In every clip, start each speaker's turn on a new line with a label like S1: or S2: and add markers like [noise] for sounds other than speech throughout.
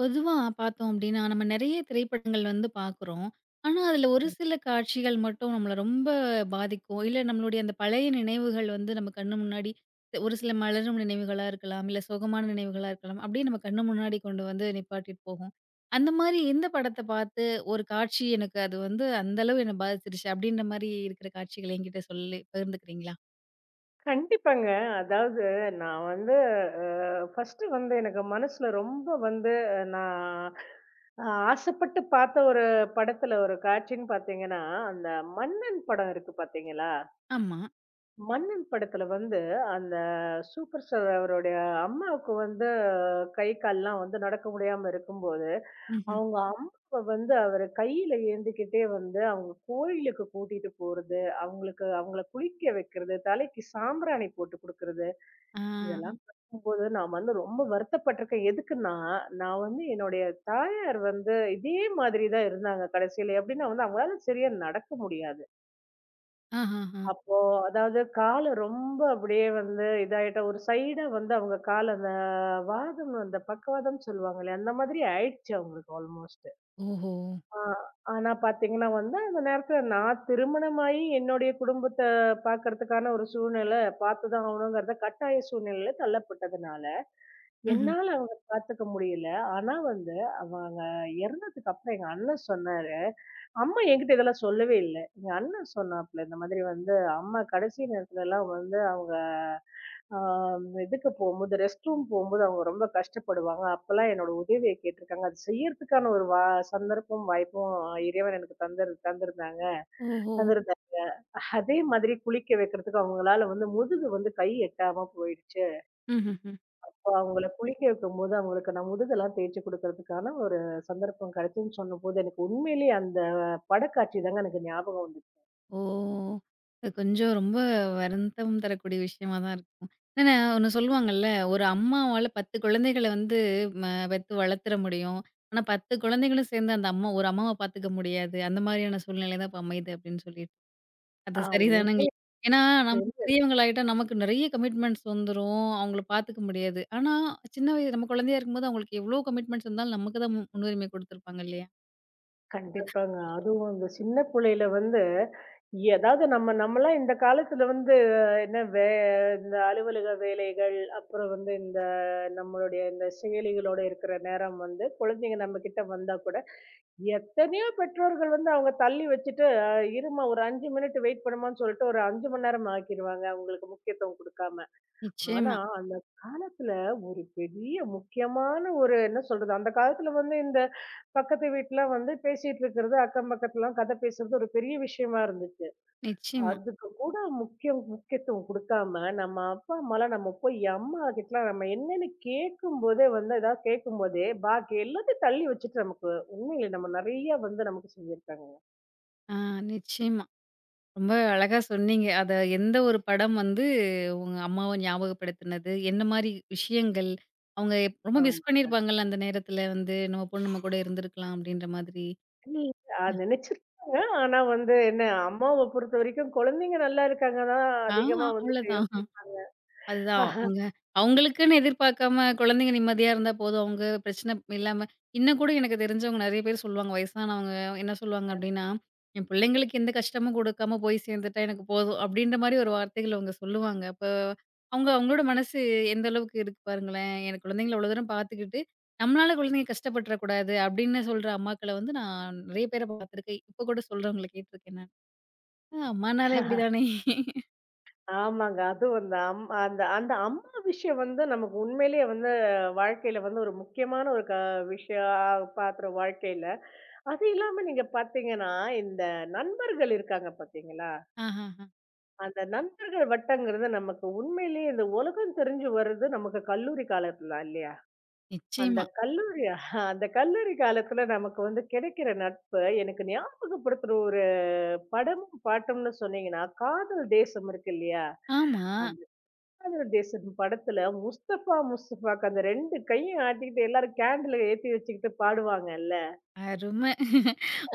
S1: பொதுவா பார்த்தோம் அப்டின்னா, நம்ம நெறைய திரைப்படங்கள் வந்து பார்க்குறோம். ஆனா, அதில ஒரு சில காட்சிகள் மட்டும் நம்மள ரொம்ப பாதிக்கும். இல்ல நம்மளுடைய அந்த பழைய நினைவுகள் வந்து நம்ம கண்ணு முன்னாடி ஒரு சில மலரும் நினைவுகளா இருக்கலாம், இல்ல சோகமான நினைவுகளா இருக்கலாம். அப்டியே நம்ம கண்ணு முன்னாடி கொண்டு வந்து நிப்பாட்டிட்டு போகும். அந்த மாரி எந்த படத்த பார்த்து ஒரு காட்சி எனக்கு அது வந்து அந்த அளவு என்ன பாதிச்சிருச்சு அப்டின்ற மாரி இருக்கிற காட்சிகள் என்கிட்ட சொல்லி பகிர்ந்துக்கிறீங்களா?
S2: கண்டிப்பாங்க. அதாவது நான் வந்து அ ஃபர்ஸ்ட்டு வந்து எனக்கு மனசுல ரொம்ப வந்து நான் அ ஆசைப்பட்டு பார்த்த ஒரு படத்துல ஒரு காட்சின்னு பார்த்தீங்கன்னா, அந்த மன்னன் படம் இருக்கு பார்த்தீங்களா?
S1: ஆமா.
S2: மன்னன் படத்துல வந்து அந்த சூப்பர் ஸ்டார் அவருடைய அம்மாவுக்கு வந்து கை கால்லாம் வந்து நடக்க முடியாம இருக்கும்போது
S1: ம்ஹ்ம்.
S2: அவங்க அம்மாவை வந்து அவர் கையில ஏந்திக்கிட்டே வந்து அவங்க கோயிலுக்கு கூட்டிட்டு போறது, அவங்களுக்கு அவங்கள குளிக்க வைக்கிறது, தலைக்கு சாம்பிராணி போட்டு கொடுக்கறது,
S1: ஆ.
S2: இதெல்லாம் பார்க்கும்போது நான் வந்து ரொம்ப வருத்தப்பட்டிருக்கேன். எதுக்குன்னா, நான் வந்து என்னுடைய தாயார் வந்து இதே மாதிரி தான் இருந்தாங்க. கடைசியில எப்படின்னா வந்து அவங்களால சரியா நடக்க முடியாது.
S1: ஆஹஹ.
S2: அப்போ அதாவது கால ரொம்ப அப்படியே வந்து இதாயிட்ட ஒரு சைடா வந்து அவங்க கால் அந்த வாதம், அந்த பக்கவாதம் சொல்லுவாங்களே அந்த மாதிரி ஆயிடுச்சு அவங்களுக்கு ஆல்மோஸ்ட்.
S1: ஓஹோ!
S2: ஆ ஆனா பாத்தீங்கன்னா வந்து அந்த நேரத்துல நான் திருமணமாயி என்னுடைய குடும்பத்த பாக்கறதுக்கான ஒரு சூழ்நிலை பாத்துதான் ஆகணுங்கிறத, கட்டாய சூழ்நிலையில தள்ளப்பட்டதுனால
S1: ம்ஹ்ம்.
S2: என்னால அவங்கள பாத்துக்க முடியல. ஆனா வந்து அவங்க இறந்ததுக்கு அப்புறம் எங்க அண்ணன் சொன்னாரு. அம்மா என்கிட்ட இதெல்லாம் சொல்லவே இல்ல. எங்க அண்ணன் சொன்னாப்ல. இந்த மாதிரி வந்து அம்மா கடைசி நேரத்துலலாம் வந்து அவங்க ஆ இதுக்கு போம்போது ரெஸ்ட் ரூம் போம்போது அவங்க ரொம்ப கஷ்டப்படுவாங்க. அப்பலாம் என்னோட உதவிய கேட்டுருக்காங்க. அது செய்யறதுக்கான ஒரு சந்தர்ப்பம், வாய்ப்பும் இறைவன் எனக்கு தந்திருந்தாங்க
S1: ஓஹோ!
S2: தந்திருந்தாரு. அதே மாதிரி குளிக்க வைக்கிறதுக்கு அவங்களால வந்து முதுகு வந்து கை எட்டாம போயிடுச்சு.
S1: ம்ஹ்ம்.
S2: அப்ப அவங்கள குளிக்க வைக்கும்போது, அவங்களுக்கு நான் முதுகெல்லாம் தேய்ச்சு குடுக்கிறதுக்கான ஒரு சந்தர்ப்பம் கிடைச்சுதுன்னு சொன்னபோது, எனக்கு உண்மையிலேயே அந்த படக்காட்சி தாங்க எனக்கு ஞாபகம் வந்துச்சு.
S1: ஓ! அது கொஞ்சம் ரொம்ப வருத்தம் தரக்கூடிய விஷயமா தான் இருக்கும். ஏன்னா ஒண்ணு சொல்லுவாங்கல்ல, "ஒரு அம்மாவால 10 குழந்தைகள வந்து ம பெத்து வளர்த்துற முடியும். ஆனா 10 குழந்தைகளும் சேர்ந்து அந்த அம்மா ஒரு அம்மாவ பார்த்துக்க முடியாது." அந்த மாரியான சூழ்நிலை தான் இப்ப அமையுது அப்படின்னு சொல்லிட்டு. அது
S2: ஆ
S1: சரிதானங்க.
S2: உண்மைய
S1: ஏன்னா நம்ம பெரியவங்களாயிட்டா நமக்கு நெறைய கமிட்மெண்ட்ஸ் வந்துரும். அவங்கள பார்த்துக்க முடியாது. ஆனா சின்ன வயது நம்ம குழந்தையா இருக்கும்போது அவங்களுக்கு எவ்ளோ கமிட்மெண்ட்ஸ் இருந்தாலும் நமக்கு தான் முன்னுரிமை குடுத்துருப்பாங்க இல்லையா?
S2: கண்டிப்பாங்க. அதுவும் அந்த சின்ன புள்ளையில வந்து ஏதாவது நம்மலாம் இந்த காலத்துல வந்து என்ன வே இந்த அலுவலக வேலைகள், அப்புறம் வந்து இந்த நம்மளுடைய இந்த செயலிகளோட இருக்கிற நேரம் வந்து குழந்தைங்க நம்மகிட்ட வந்தா கூட, எத்தனையோ பெற்றோர்கள் வந்து அவங்க தள்ளி வச்சுட்டு, இரும்மா ஒரு 5 மினிட் வெயிட் பண்ணுமான்னு சொல்லிட்டு, ஒரு 5 மணி நேரம் ஆக்கிருவாங்க, அவங்களுக்கு முக்கியத்துவம் குடுக்காம. ஆனா,
S1: நிச்சயமா,
S2: அந்த காலத்துல ஒரு பெரிய முக்கியமான ஒரு என்ன சொல்றது, அந்த காலத்துல வந்து இந்த பக்கத்து வீட்ல வந்து பேசிட்டு இருக்கிறது, அக்கம் பக்கத்துலலாம் கதை பேசுறது ஒரு பெரிய விஷயமா இருந்துச்சு.
S1: நிச்சயமா.
S2: அதுக்கு கூட முக்கியத்துவம் குடுக்காம, நம்ம அப்பா, அம்மாலாம் நம்ம போய் அம்மாகிட்டலாம் நம்ம என்னன்னு கேட்கும்போதே வந்து ஏதாவது கேட்கும்போதே, பாக்கி எல்லாத்தையும் தள்ளி வச்சுட்டு நமக்கு உண்மையிலே நம்ம நெறைய வந்து நமக்கு சொல்லியிருக்காங்க.
S1: ஆ நிச்சயமா. ரொம்ப அழகா சொன்னீங்க. அத எந்த ஒரு படம் வந்து உங்க அம்மாவ ஞாபகப்படுத்துனது? என்ன மாரி விஷயங்கள்? அவங்க எப் ரொம்ப
S2: ஆமா.
S1: மிஸ் பண்ணியிருப்பாங்கல்ல அந்த நேரத்துல வந்து, நம்ம பொண்ணு நம்ம கூட இருந்திருக்கலாம் அப்படின்ற மாதிரி.
S2: இல்ல அத நெனச்சிருக்காங்க. ஆனா வந்து என்ன, அம்மாவ பொறுத்தவரைக்கும் குழந்தைங்க நல்லா இருக்காங்க தான்
S1: ஆ
S2: அதிகமா வந்து
S1: அவ்வளதான். அதுதான்.
S2: யோசி
S1: அவங்க அவங்களுக்குன்னு எதிர்பார்க்காம குழந்தைங்க நிம்மதியா இருந்தா போதும். அவங்க பிரச்சனை இல்லாம இன்னும் கூட எனக்கு தெரிஞ்சவங்க நெறைய பேர் சொல்லுவாங்க. வயசானவங்க என்ன சொல்லுவாங்க அப்டின்னா, "என் பிள்ளைங்களுக்கு எந்த கஷ்டமும் குடுக்காம போய் சேர்ந்துட்டா எனக்கு போதும்." அப்டின்ற மாரி ஒரு வார்த்தைகள் அவங்க சொல்லுவாங்க. அப்ப அவங்க அவங்களோட மனசு எந்த அளவுக்கு இருக்கு பாருங்களேன். "என் குழந்தைங்கள அவ்வளோ தூரம் பார்த்துக்கிட்டு, நம்மளால குழந்தைங்க கஷ்டப்பட்டுறக் கூடாது." அப்படின்னு சொல்ற அம்மாக்கள வந்து நான் நெறைய பேர பார்த்துருக்கேன். இப்ப கூட சொல்றவங்கள கேட்டுருக்கேன் நான். அம்மானாலே இப்படிதானே. [laughs]
S2: ஆமாங்க. அதுவும் அந்த அம்மா விஷயம் வந்து நமக்கு உண்மையிலேயே வந்து வாழ்க்கையில வந்து ஒரு முக்கியமான ஒரு விஷயம் பாக்குறோம் வாழ்க்கையில. அது இல்லாம நீங்க பாத்தீங்கன்னா, இந்த நண்பர்கள் இருக்காங்க பாத்தீங்களா?
S1: ஆஹஹ.
S2: அந்த நண்பர்கள் வட்டங்கிறது நமக்கு உண்மையிலேயே இந்த உலகம் தெரிஞ்சு வர்றது நமக்கு கல்லூரி காலத்துல தான் இல்லையா? அந்த
S1: நிச்சயமா.
S2: கல்லூரி அந்த கல்லூரி காலத்துல நமக்கு வந்து கிடைக்கிற நட்பு எனக்கு ஞாபகப்படுத்துற ஒரு படமும், பாட்டும்னு சொன்னீங்கன்னா, காதல் தேசம் இருக்கு இல்லையா?
S1: ஆமா.
S2: தேசம் படத்துல முஸ்தபா, முஸ்தபாக்கு அந்த 2 கையும் ஆட்டிக்கிட்டு எல்லாரும் கேண்டில ஏத்தி வச்சுக்கிட்டு பாடுவாங்கல்ல.
S1: அருமை.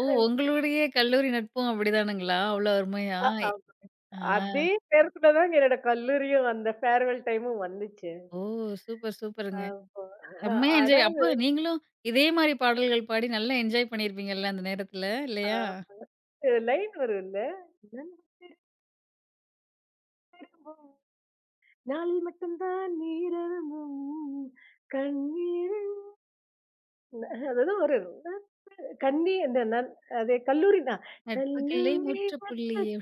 S1: ஓ! உங்களுடைய கல்லூரி நட்பும் அப்படிதானுங்களா? அவ்வளோ அருமையா?
S2: அ, ஆம்.
S1: ஆ.
S2: அதே நேரத்துல தாங்க என்னோட கல்லூரியும் அந்த ஃபேர்வெல் டைமும் வந்துச்சு.
S1: ஓ! சூப்பர், சூப்பருங்க.
S2: அப்போ
S1: செம்மையா என்ஜாய்
S2: அதாவது
S1: அப்போ நீங்களும் இதே மாரி பாடல்கள் பாடி நல்லா என்ஜாய் பண்ணியிருப்பீங்கல்ல அந்த நேரத்துல,
S2: ஆ.
S1: இல்லையா?
S2: ஒரு லைன் வரும்ல. நண்பும் நாளில் மட்டும் தான் நீரழகும் கண்ணீரில். அதாவது ஒரு கண்ணி அந்த அது கல்லூரி தான்.
S1: நட்புக்குள்ளே
S2: கல்லூரி
S1: முற்றுப்புள்ளியே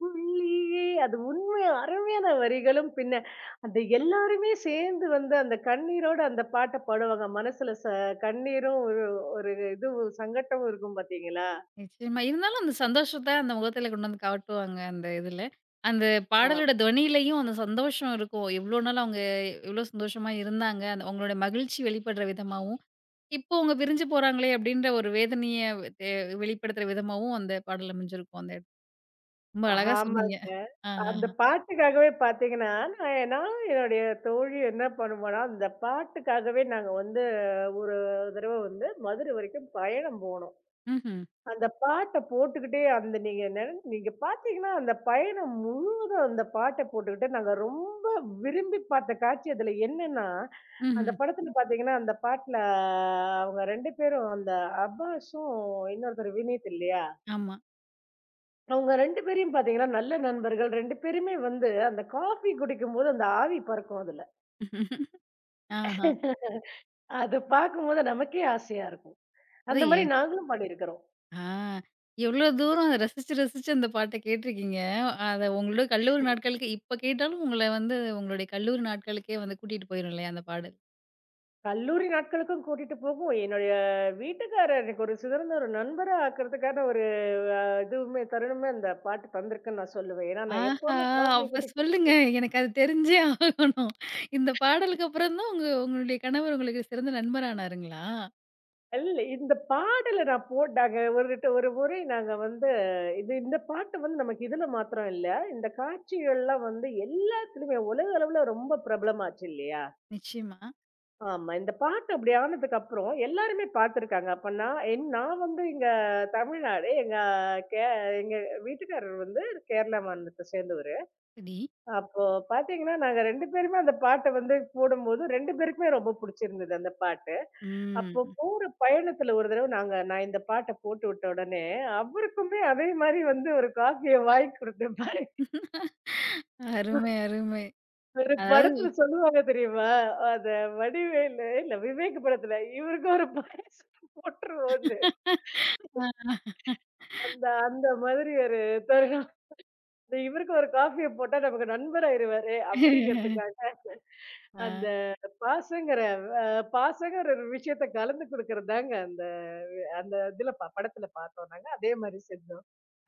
S2: புள்ளியே அது உண்மை அருமையான வரிகளும் பின்ன அந்த எல்லாருமே சேர்ந்து வந்து அந்த கண்ணீரோட அந்த பாட்டை பாடுவாங்க மனசுல கண்ணீரும் ஒரு ஒரு இது சங்கட்டமும் இருக்கும் பாத்தீங்களா?
S1: நிச்சயமா. இருந்தாலும் அந்த சந்தோஷத்த அந்த முகத்துல கொண்டு வந்து காட்டுவாங்க அந்த இதுல. அந்த
S2: ஆம்.
S1: பாடலோட தொனியிலயும் அந்த சந்தோஷம் இருக்கும். எவ்வளோ நாள் அவங்க எவ்வளோ சந்தோஷமா இருந்தாங்க. அந்த அவங்களோட மகிழ்ச்சி வெளிப்படுற விதமாவும் இப்போ அவங்க பிரிஞ்சு போறாங்களே அப்டின்ற ஒரு வேதனைய வெ- தெ வெளிப்படுத்துற விதமாவும் அந்த பாடல் அமைஞ்சிருக்கும் அந்த இடத் ரொம்ப அழகா சொன்னீங்க.
S2: ஆமாங்க.
S1: ஆஹஹ.
S2: அந்த பாட்டுக்காகவே பாத்தீங்கன்னா, நான் நான் என்னுடைய தோழி என்ன பண்ணுவோம்னா, அந்த பாட்டுக்காகவே நாங்க வந்து ஒரு தடவ வந்து மதுரை வரைக்கும் பயணம் போனோம்.
S1: ம்ஹ்ம்.
S2: அந்த பாட்ட போட்டுக்கிட்டே அந்த நீங்க பார்த்தீங்கன்னா, அந்த பயணம் முழுவதும் அந்த பாட்ட போட்டுக்கிட்டு, நாங்க ரொம்ப விரும்பி பார்த்த காட்சி அதுல என்னன்னா, அந்த
S1: ம்ஹ்ம்.
S2: படத்துல பார்த்தீங்கன்னா, அந்த பாட்டுல அவங்க 2 பேரும் அந்த அப்பாஸும் இன்னொருத்தர் வினீத் இல்லையா?
S1: ஆமா.
S2: அவங்க 2 பேரையும் பார்த்தீங்கன்னா, நல்ல நண்பர்கள் 2 பேருமே வந்து அந்த காஃபி குடிக்கும்போது அந்த ஆவி பறக்கும் அதுல.
S1: [laughs] ஆஹா.
S2: [laughs] அது பார்க்கும்போது நமக்கே ஆசையா இருக்கும்.
S1: அது
S2: அந்த
S1: எ
S2: மாரி நாங்களும் பண்ணியிருக்கிறோம்.
S1: ஆ எவ்ளோ தூரம் அத ரசிச்சு, ரசிச்சு அந்த பாட்ட கேட்டுருக்கீங்க. அத உங்களோட கல்லூரி நாட்களுக்கு இப்ப கேட்டாலும் உங்கள வந்து உங்களுடைய கல்லூரி நாட்களுக்கே வந்து கூட்டிட்டு போயிரும் இல்லையா அந்த பாடல்?
S2: கல்லூரி நாட்களுக்கும் கூட்டிட்டு போகும். என்னுடைய வீட்டுக்காரர் எனக்கு ஒரு சிறந்த ஒரு நண்பரா ஆக்குறதுக்கான ஒரு அ இதுவுமே தருணமே அந்த பாட்டு தந்திருக்குன்னு நான் சொல்லுவேன். ஏன்னா, நான்
S1: ஆஹா!
S2: எப்பவுமே காஃபி
S1: அப்ப
S2: குடி
S1: சொல்லுங்க. எனக்கு அது தெரிஞ்சே ஆகணும். இந்த பாடலுக்கு அப்புறம் தான் உங்க உங்களுடைய கணவர் உங்களுக்கு சிறந்த நண்பர் ஆனாருங்களா?
S2: இல்ல இந்த பாடல நான் போட்டாங்க ஒரு ஒரு முறை நாங்க வந்து இது இந்த பாட்டு வந்து நமக்கு இதுல மாத்திரம் இல்ல. இந்த காட்சிகள்லாம் வந்து எல்லாத்துலயுமே உலக அளவுல ரொம்ப பிரபலமாச்சு இல்லையா?
S1: நிச்சயமா.
S2: ஆமா. இந்த பாட்டு அப்படி ஆனதுக்கு அப்புறம் எல்லாருமே பார்த்திருக்காங்க. அப்ப நான் வந்து இங்க தமிழ்நாடு. கே எங்க வீட்டுக்காரர் வந்து கேரளா மாநிலத்த சேர்ந்தவரு.
S1: சரி.
S2: அப்போ பார்த்தீங்கன்னா, நாங்க 2 பேருமே அந்த பாட்ட வந்து போடும்போது 2 பேருக்குமே ரொம்ப புடிச்சிருந்தது அந்த பாட்டு. அப்போ
S1: ம்.
S2: போற பயணத்துல ஒரு தடவ நான் இந்த பாட்ட போட்டு விட்ட உடனே, அவருக்குமே அதே மாரி வந்து ஒரு காஃபிய வாங்கி குடுத்தேன் பாருங்க.
S1: அருமை, அருமை.
S2: ஒரு
S1: அதாவது
S2: படத்துல சொல்லுவாங்க தெரியுமா? அத வடிவேலு இல்ல விவேக் படத்துல, இவருக்கு ஒரு பாயாசத்த போட்டுருவோம்ன்னு.
S1: அ
S2: அந்த அந்த மாதிரி ஒரு தருணம். இந்த இவருக்கு ஒரு காஃபிய போட்டா நமக்கு நண்பர் ஆயிருவாரே! அப்படிங்கிறதுக்காக, அந்த
S1: அ
S2: பாசங்கிற அ பாசங்கிற ஒரு விஷயத்த கலந்து குடுக்குறதாங்க அந்த அந்த இதுல படத்துல பார்த்தோம் நாங்க. அதே மாரி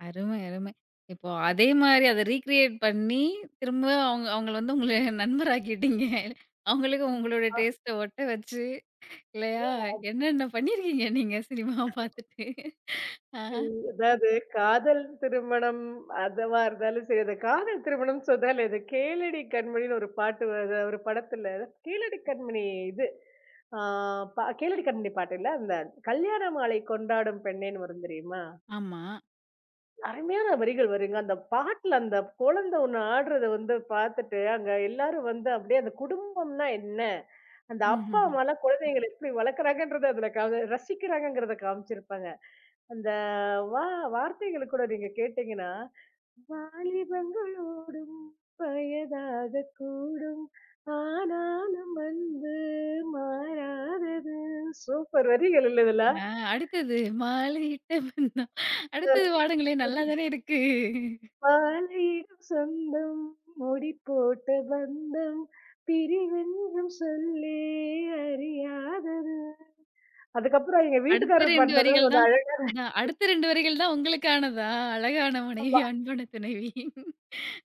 S1: அருமை, அருமை. இப்போ அதே மாரி அத ரீக்ரியேட் பண்ணி, திரும்ப அவங்க அவங்கள வந்து உங்கள நண்பராக்கிட்டீங்க. அவங்களுக்கு உங்களோட
S2: செஞ்சோம்.
S1: டேஸ்ட்ட ஒட்ட வச்சு, இல்லையா? என்னென்ன பண்ணியிருக்கீங்க நீங்க சினிமாவ பார்த்துட்டு. ஆ
S2: அதாவது காதல் திருமணம் அதுவா இருந்தாலும் சரி, அந்த காதல் திருமணம் சொன்னாலே அது கேளடி கண்மணின்னு ஒரு பாட்டு வருது. ஒரு படத்துல கேளடி கண்மணி இது ஆ, கேளடி கண்மணி பாட்டு இல்ல, அந்த கல்யாண மாலை கொண்டாடும் பெண்ணேன்னு வரும் தெரியுமா?
S1: ஆமா.
S2: அருமையான வரிகள் வருங்க. அந்த பாட்டுல அந்த குழந்தை ஒண்ணு ஆடுறத வந்து பார்த்துட்டு, அங்க எல்லாரும் வந்து அப்படியே அந்த குடும்பம்னா என்ன? அந்த அப்பா,
S1: ம்ஹ்ஹ்ம்.
S2: அம்மாலாம் குழந்தைங்கள எப்படி வளர்க்குறாங்கன்றத அதுல ரசிக்கிறாங்கங்கிறத காமிச்சிருப்பாங்க. அந்த வா வார்த்தைகள கூட நீங்க கேட்டீங்கன்னா, "வாலிபங்களோடும் வயதாகக் கூடும். ஆனாலும் அன்பு மாறாதது." சூப்பர் வரிகள் இல்ல இதுல?
S1: ஆ அடுத்தது மாலையிட்ட வண்ணம். அடுத்தது பாடுங்களேன் நல்லா தானே இருக்கு.
S2: "பாலையிடும் சொந்தம், முடி போட்ட பந்தம், பிரிவென்றும் சொல்லே அறியாதது." அதுக்கப்புறம் எங்க
S1: அடுத்த
S2: வீட்டுக்காரர்
S1: 2
S2: பாடுனது
S1: வரிகள்
S2: ஒரு
S1: தான் அடுத்த 2 வரிகள் தான் உங்களுக்கானதா? அழகான மனைவி,
S2: அழகா
S1: அன்பான துணைவி.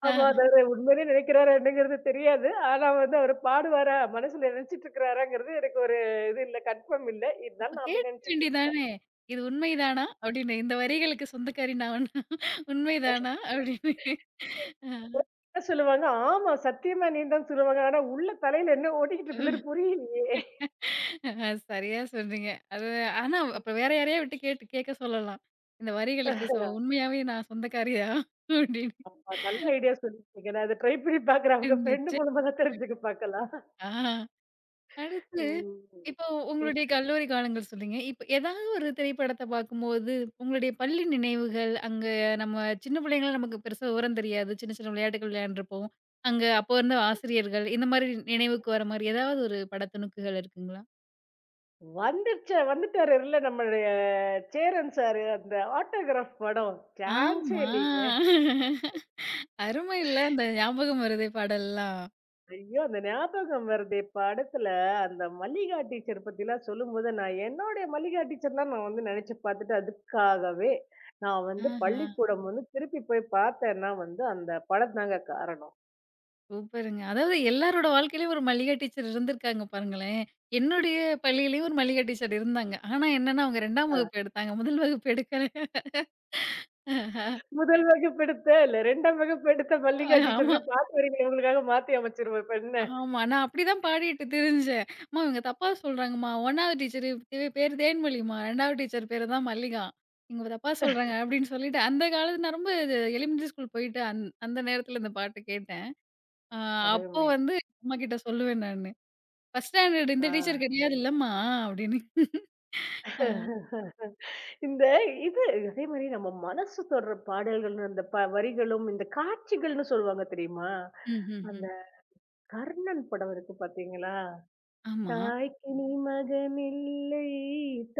S1: ஆ
S2: ஆமா. அதாவது உண்மையிலே நினைக்கிறாரா என்னங்கிறது தெரியாது. ஆனா வந்து அவரு பாடுவாரா, மனசுல நினைச்சிட்டு இருக்கிறாராங்கிறது எனக்கு ஒரு இது இல்ல, கன்ஃபார்ம் இல்ல.
S1: அப்ப
S2: இருந்தாலும் நான் அப்படி
S1: கேட்க
S2: நினைச்சிட்டு இருக்கேன்.
S1: வேண்டியதானே! "இது உண்மைதானா?" அப்படின்னு. "இந்த வரிகளுக்கு சொந்தக்காரி நான். உண்மைதானா?" அப்படின்னு. ஆ.
S2: என்கிட்ட சொல்லுவாங்க, "ஆமா சத்தியமா நீதான்" சொல்லுவாங்க. ஆனா உள்ள தலையில என்ன ஓடிக்கிட்டு இருக்குதுன்னு புரியலையே!
S1: ஆ சரியா சொன்னீங்க. அது ஆனா அப்புறம் வேற யாரையா விட்டு கேட்டு கேட்க சொல்லலாம். "இந்த வரிகளுக்கு சோ உண்மையாவே நான் சொந்தக்காரியா?" அப்படின்னு.
S2: ஆமா. நல்ல ஐடியா சொல்லிருக்கீங்க. நான் அத ட்ரை பண்ணி பார்க்குறேன். அவங்க ஃப்ரெண்ட்
S1: நிச்சயமா.
S2: மூலமா தான் தெரிஞ்சுக்க பார்க்கலாம்.
S1: ஆ. அடுத்து,
S2: ம்.
S1: இப்போ
S2: ம்.
S1: உங்களுடைய கல்லூரி காலங்கள் சொன்னீங்க. இப்ப ஏதாவது ஒரு திரைப்படத்த பார்க்கும்போது, உங்களுடைய பள்ளி நினைவுகள், அங்க நம்ம சின்ன பிள்ளைங்களா நமக்கு பெருசா விவரம் தெரியாது. சின்ன சின்ன விளையாட்டுகள் விளையாண்டுருப்போம். அங்க அப்போ இருந்த ஆசிரியர்கள், இந்த மாரி நினைவுக்கு வர மாரி ஏதாவது ஒரு பட துணுக்குகள் இருக்குங்களா?
S2: வந்துட்டாரு இல்ல நம்மளுடைய சேரன் சாரு அந்த ஆட்டோகிராஃப் படம். சான்ஸே
S1: ஆமா.
S2: இல்லீங்க.
S1: அருமை இல்ல! அந்த ஞாபகம் வருதே பாடல்லாம்.
S2: ஐயோ! அந்த ஞாபகம் வருதே! இப்ப படத்துல அந்த மல்லிகா டீச்சர் பத்திலாம் சொல்லும்போது, நான் என்னுடைய மல்லிகா டீச்சர்லாம் நான் வந்து நெனச்சு பாத்துட்டு, அதுக்காகவே நான் வந்து
S1: ஆஹா.
S2: பள்ளிக்கூடம் வந்து திருப்பி போய் பாத்தேன்னா வந்து, அந்த படம் தாங்க காரணம்.
S1: சூப்பருங்க. அதாவது எல்லாரோட வாழ்க்கையிலயும் ஒரு மல்லிகா டீச்சர் இருந்திருக்காங்க பாருங்களேன். என்னுடைய பள்ளியிலயும் ஒரு மல்லிகா டீச்சர் இருந்தாங்க. ஆனா என்னன்னா, அவங்க 2ஆம்
S2: அ
S1: வகுப்பு எடுத்தாங்க. முதல் வகுப்பு எடுக்கல. அஹ்
S2: முதல் வகுப்பு எடுத்த, இல்ல 2ஆம் வகுப்பு எடுத்த மல்லிகா
S1: ஆமா,
S2: டீச்சர்ன்னு பாட்டு வரிகள உங்களுக்காக மாத்தி அமைச்சிருவேன் இப்ப என்ன?
S1: ஆமா. நான் அப்படிதான் பாடிட்டு திரிஞ்சேன். அம்மா இவங்க தப்பா சொல்றாங்கம்மா. 1வது டீச்சர் பேரு தேன்மொழிம்மா. 2வது டீச்சர் பேரு தான் மல்லிகா. இவங்க தப்பா சொல்றாங்க அப்படின்னு சொல்லிட்டு, அந்த காலத்து நான் ரொம்ப இது எலிமெண்டரி ஸ்கூல் போயிட்டு அந்த நேரத்துல இந்த பாட்டு கேட்டேன். அ அப்போ
S2: அருமை.
S1: வந்து அம்மாகிட்ட சொல்லுவேன் நானு. "1 ஸ்டாண்டர்ட் இந்த
S2: ஆ.
S1: டீச்சர் கிடையாது இல்லம்மா" அப்படின்னு.
S2: இந்த இது அதே மாரி நம்ம மனசு தொடுற பாடல்கள், அந்த வரிகளும், இந்த காட்சிகள்னு சொல்லுவாங்க தெரியுமா?
S1: ம்ஹ்ஹ்ம்.
S2: அந்த கர்ணன் படம் இருக்கு பாத்தீங்களா?
S1: ஆமா.
S2: தாய்க்கு நீ மகனில்லை,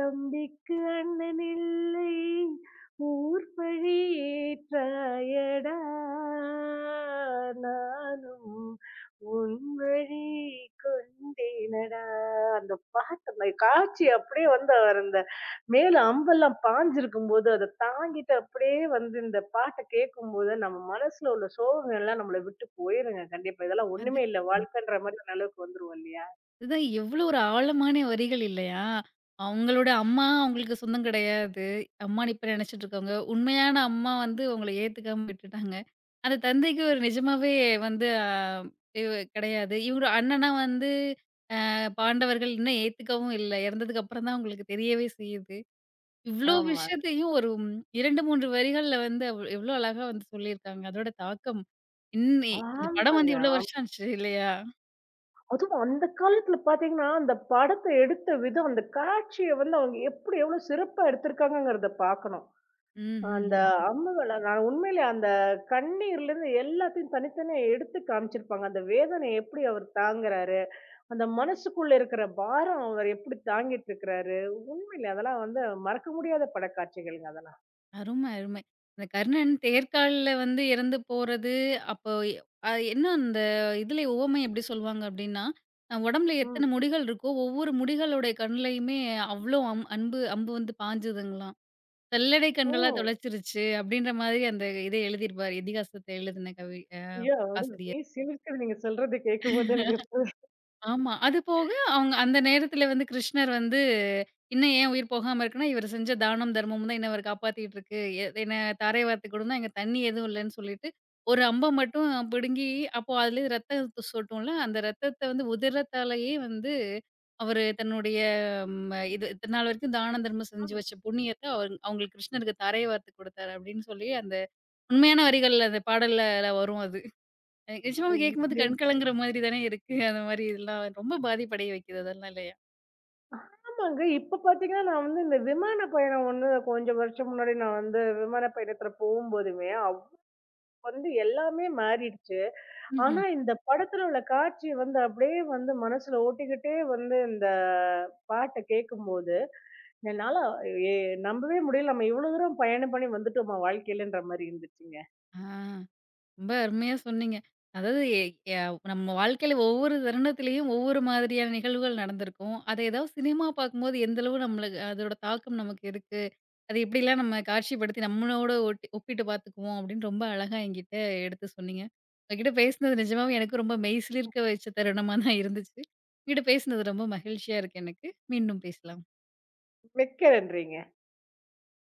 S2: தம்பிக்கு அண்ணனில்லை, ஊர் பழி ஏற்றாயடா. நானும் உன் வழி கொண்டேனடா. அந்த பாட்டு, அந்த காட்சி அப்படியே வந்து அவர் அந்த மேல அம்பெல்லாம் பாஞ்சிருக்கும்போது, அத தாங்கிட்டு அப்படியே வந்து இந்த பாட்ட கேட்கும்போது, நம்ம மனசுல உள்ள சோகங்கள் எல்லாம் நம்மள விட்டு போயிருங்க கண்டிப்பா. இதெல்லாம்
S1: அது
S2: ஒண்ணுமே இல்ல, வாழ்க்கைன்ற மாரி ஒரு அளவுக்கு வந்துருவோம் இல்லையா?
S1: அதுதான் எவ்ளோ ஒரு ஆழமான வரிகள் இல்லையா? அவங்களோட அம்மா அவங்களுக்கு சொந்தம் கிடையாது. அம்மான்னு இப்ப நெனச்சுட்டு இருக்காங்க. உண்மையான அம்மா வந்து உங்கள ஏத்துக்காம விட்டுட்டாங்க. அந்த தந்தைக்கு ஒரு நிஜமாவே வந்து அ இவ கிடையாது. இவரு அண்ணனா வந்து பாண்டவர்கள் இன்னும் ஏத்துக்கவும் இல்ல. இறந்ததுக்கு அப்புறம் தான் உங்களுக்கு தெரியவே செய்யுது. இவ்ளோ
S2: ஆமா.
S1: விஷயத்தையும் ஒரு 2, 3 வரிகள்ல வந்து அவ் எவ்ளோ அழகா வந்து சொல்லியிருக்காங்க. அதோட தாக்கம் இன்னி இந்த
S2: ஆமாங்க.
S1: படம் வந்து
S2: ஆமா.
S1: இவ்ளோ வருஷம் ஆச்சு இல்லையா?
S2: அதுவும் அந்த காலத்துல பார்த்தீங்கன்னா, அந்த படத்த எடுத்த விதம், அந்த காட்சிய வந்து அவங்க எப்படி எவ்வளோ சிறப்பா எடுத்திருக்காங்கங்கிறத பார்க்கணும். அந்த
S1: ம்ஹ்ஹ்ம்.
S2: அம்முகள நான் உண்மையிலே அந்த கண்ணீர்லருந்து எல்லாத்தையும் தனித்தனியா எடுத்து காமிச்சிருப்பாங்க. அந்த வேதனைய எப்படி அவர் தாங்குறாரு, அந்த மனசுக்குள்ள இருக்கிற பாரம் அவர் எப்படி தாங்கிட்டு இருக்கிறாரு. உண்மையிலே அதெல்லாம் வந்து மறக்க முடியாத படக்காட்சிகள்ங்க அதெல்லாம்.
S1: அருமை, அருமை. இந்த கர்ணன் தேர்கால்ல வந்து இறந்து போறது, அப்போ எ அ என்ன அந்த இதுல உவமை எப்படி சொல்லுவாங்க அப்படின்னா, உடம்புல
S2: ம்.
S1: எத்தன முடிகள் இருக்கோ, ஒவ்வொரு முடிகளுடைய கண்லயுமே அவ்ளோ அம்பு வந்து பாய்ஞ்சதுங்களாம். "வெள்ளடை
S2: ஓ!
S1: கண்களா தொலைச்சிருச்சு" அப்படின்ற மாதிரி அந்த இத எழுதியிருப்பாரு. இதிகாசத்த எழுதின கவி அ
S2: ஐயோ! அப்படியே
S1: ஆசிரியர்.
S2: மெய் சிலிர்க்குது நீங்க சொல்றத கேட்கும்போது எனக்கு
S1: ஆமா. அது போக அவங்க அந்த நேரத்துல வந்து கிருஷ்ணர் வந்து, "இன்னும் ஏன் உயிர் போகாம இருக்குன்னா, இவர் செஞ்ச தானம், தர்மமும் தான் இன்னும் அவர காப்பாத்திட்டு இருக்கு. என்ன தாரை வார்த்து கொடுந்தா எங்க தண்ணி எதுவும் இல்லன்னு" சொல்லிட்டு, ஒரு அம்ப மட்டும் பிடுங்கி அப்போ அதுலேருந்து ரத்தம் சொட்டும்ல, அந்த ரத்தத்த வந்து உதிரத்தாலேயே வந்து அவரு தன்னுடைய இது இத்தன நாள் வரைக்கும் தான தர்மம் செஞ்சு
S2: எப்ப
S1: வச்ச புண்ணியத்த அவங்களுக்கு கிருஷ்ணருக்கு தாரை வார்த்து கொடுத்தாரு அப்படின்னு சொல்லி, அந்த உண்மையான வரிகள் அந்த பாடல்ல வரும் அது. எனக்கு நிஜமாவே கேட்கும்போது கண் கலங்குற மாதிரி தானே இருக்கு. அந்த மாரி இதெல்லாம் ரொம்ப பாதிப்படைய வைக்குது அதெல்லாம் இல்லையா?
S2: கண்டிப்பாங்க. இப்ப பார்த்தீங்கன்னா, நான் வந்து இந்த விமான பயணம் ஒண்ணு கொஞ்சம் வருஷம் முன்னாடி நான் வந்து விமான பயணத்துல போகும்போதுமே, அப்ப வந்து எல்லாமே மாறிடுச்சு.
S1: ம்ஹ்ம்.
S2: ஆனா இந்த படத்துல உள்ள காட்சி வந்து அப்படியே வந்து மனசுல ஓட்டிக்கிட்டே வந்து இந்த பாட்ட கேட்கும்போது, என்னால எ நம்பவே முடியல. நம்ம இவ்வளவு தூரம் பயணம் பண்ணி வந்துட்டோமா வாழ்க்கையிலன்ற மாரி இருந்துச்சுங்க.
S1: ஆ ரொம்ப அருமையா சொன்னீங்க. அதாவது எ ய நம்ம வாழ்க்கையில ஒவ்வொரு தருணத்திலேயும் ஒவ்வொரு மாதிரியான நிகழ்வுகள் நடந்திருக்கும். அத ஏதாவது சினிமா பார்க்கும்போது எந்த அளவு நம்மளுக்கு அதோட தாக்கம் நமக்கு இருக்கு. அது எப்படிலாம் நம்ம காட்சிப்படுத்தி நம்மளோட ஒட்டி ஒப்பிட்டு பார்த்துக்குவோம் அப்படின்னு ரொம்ப அழகா என்கிட்ட எடுத்து சொன்னீங்க. உங்ககிட்ட பேசினது நிஜமாவே எனக்கு ரொம்ப மெய்சிலிர்க்க வச்ச தருணமா தான் இருந்துச்சு. உங்ககிட்ட பேசினது ரொம்ப மகிழ்ச்சியா இருக்கு எனக்கு. மீண்டும் பேசலாம்.
S2: மிக்க நன்றிங்க.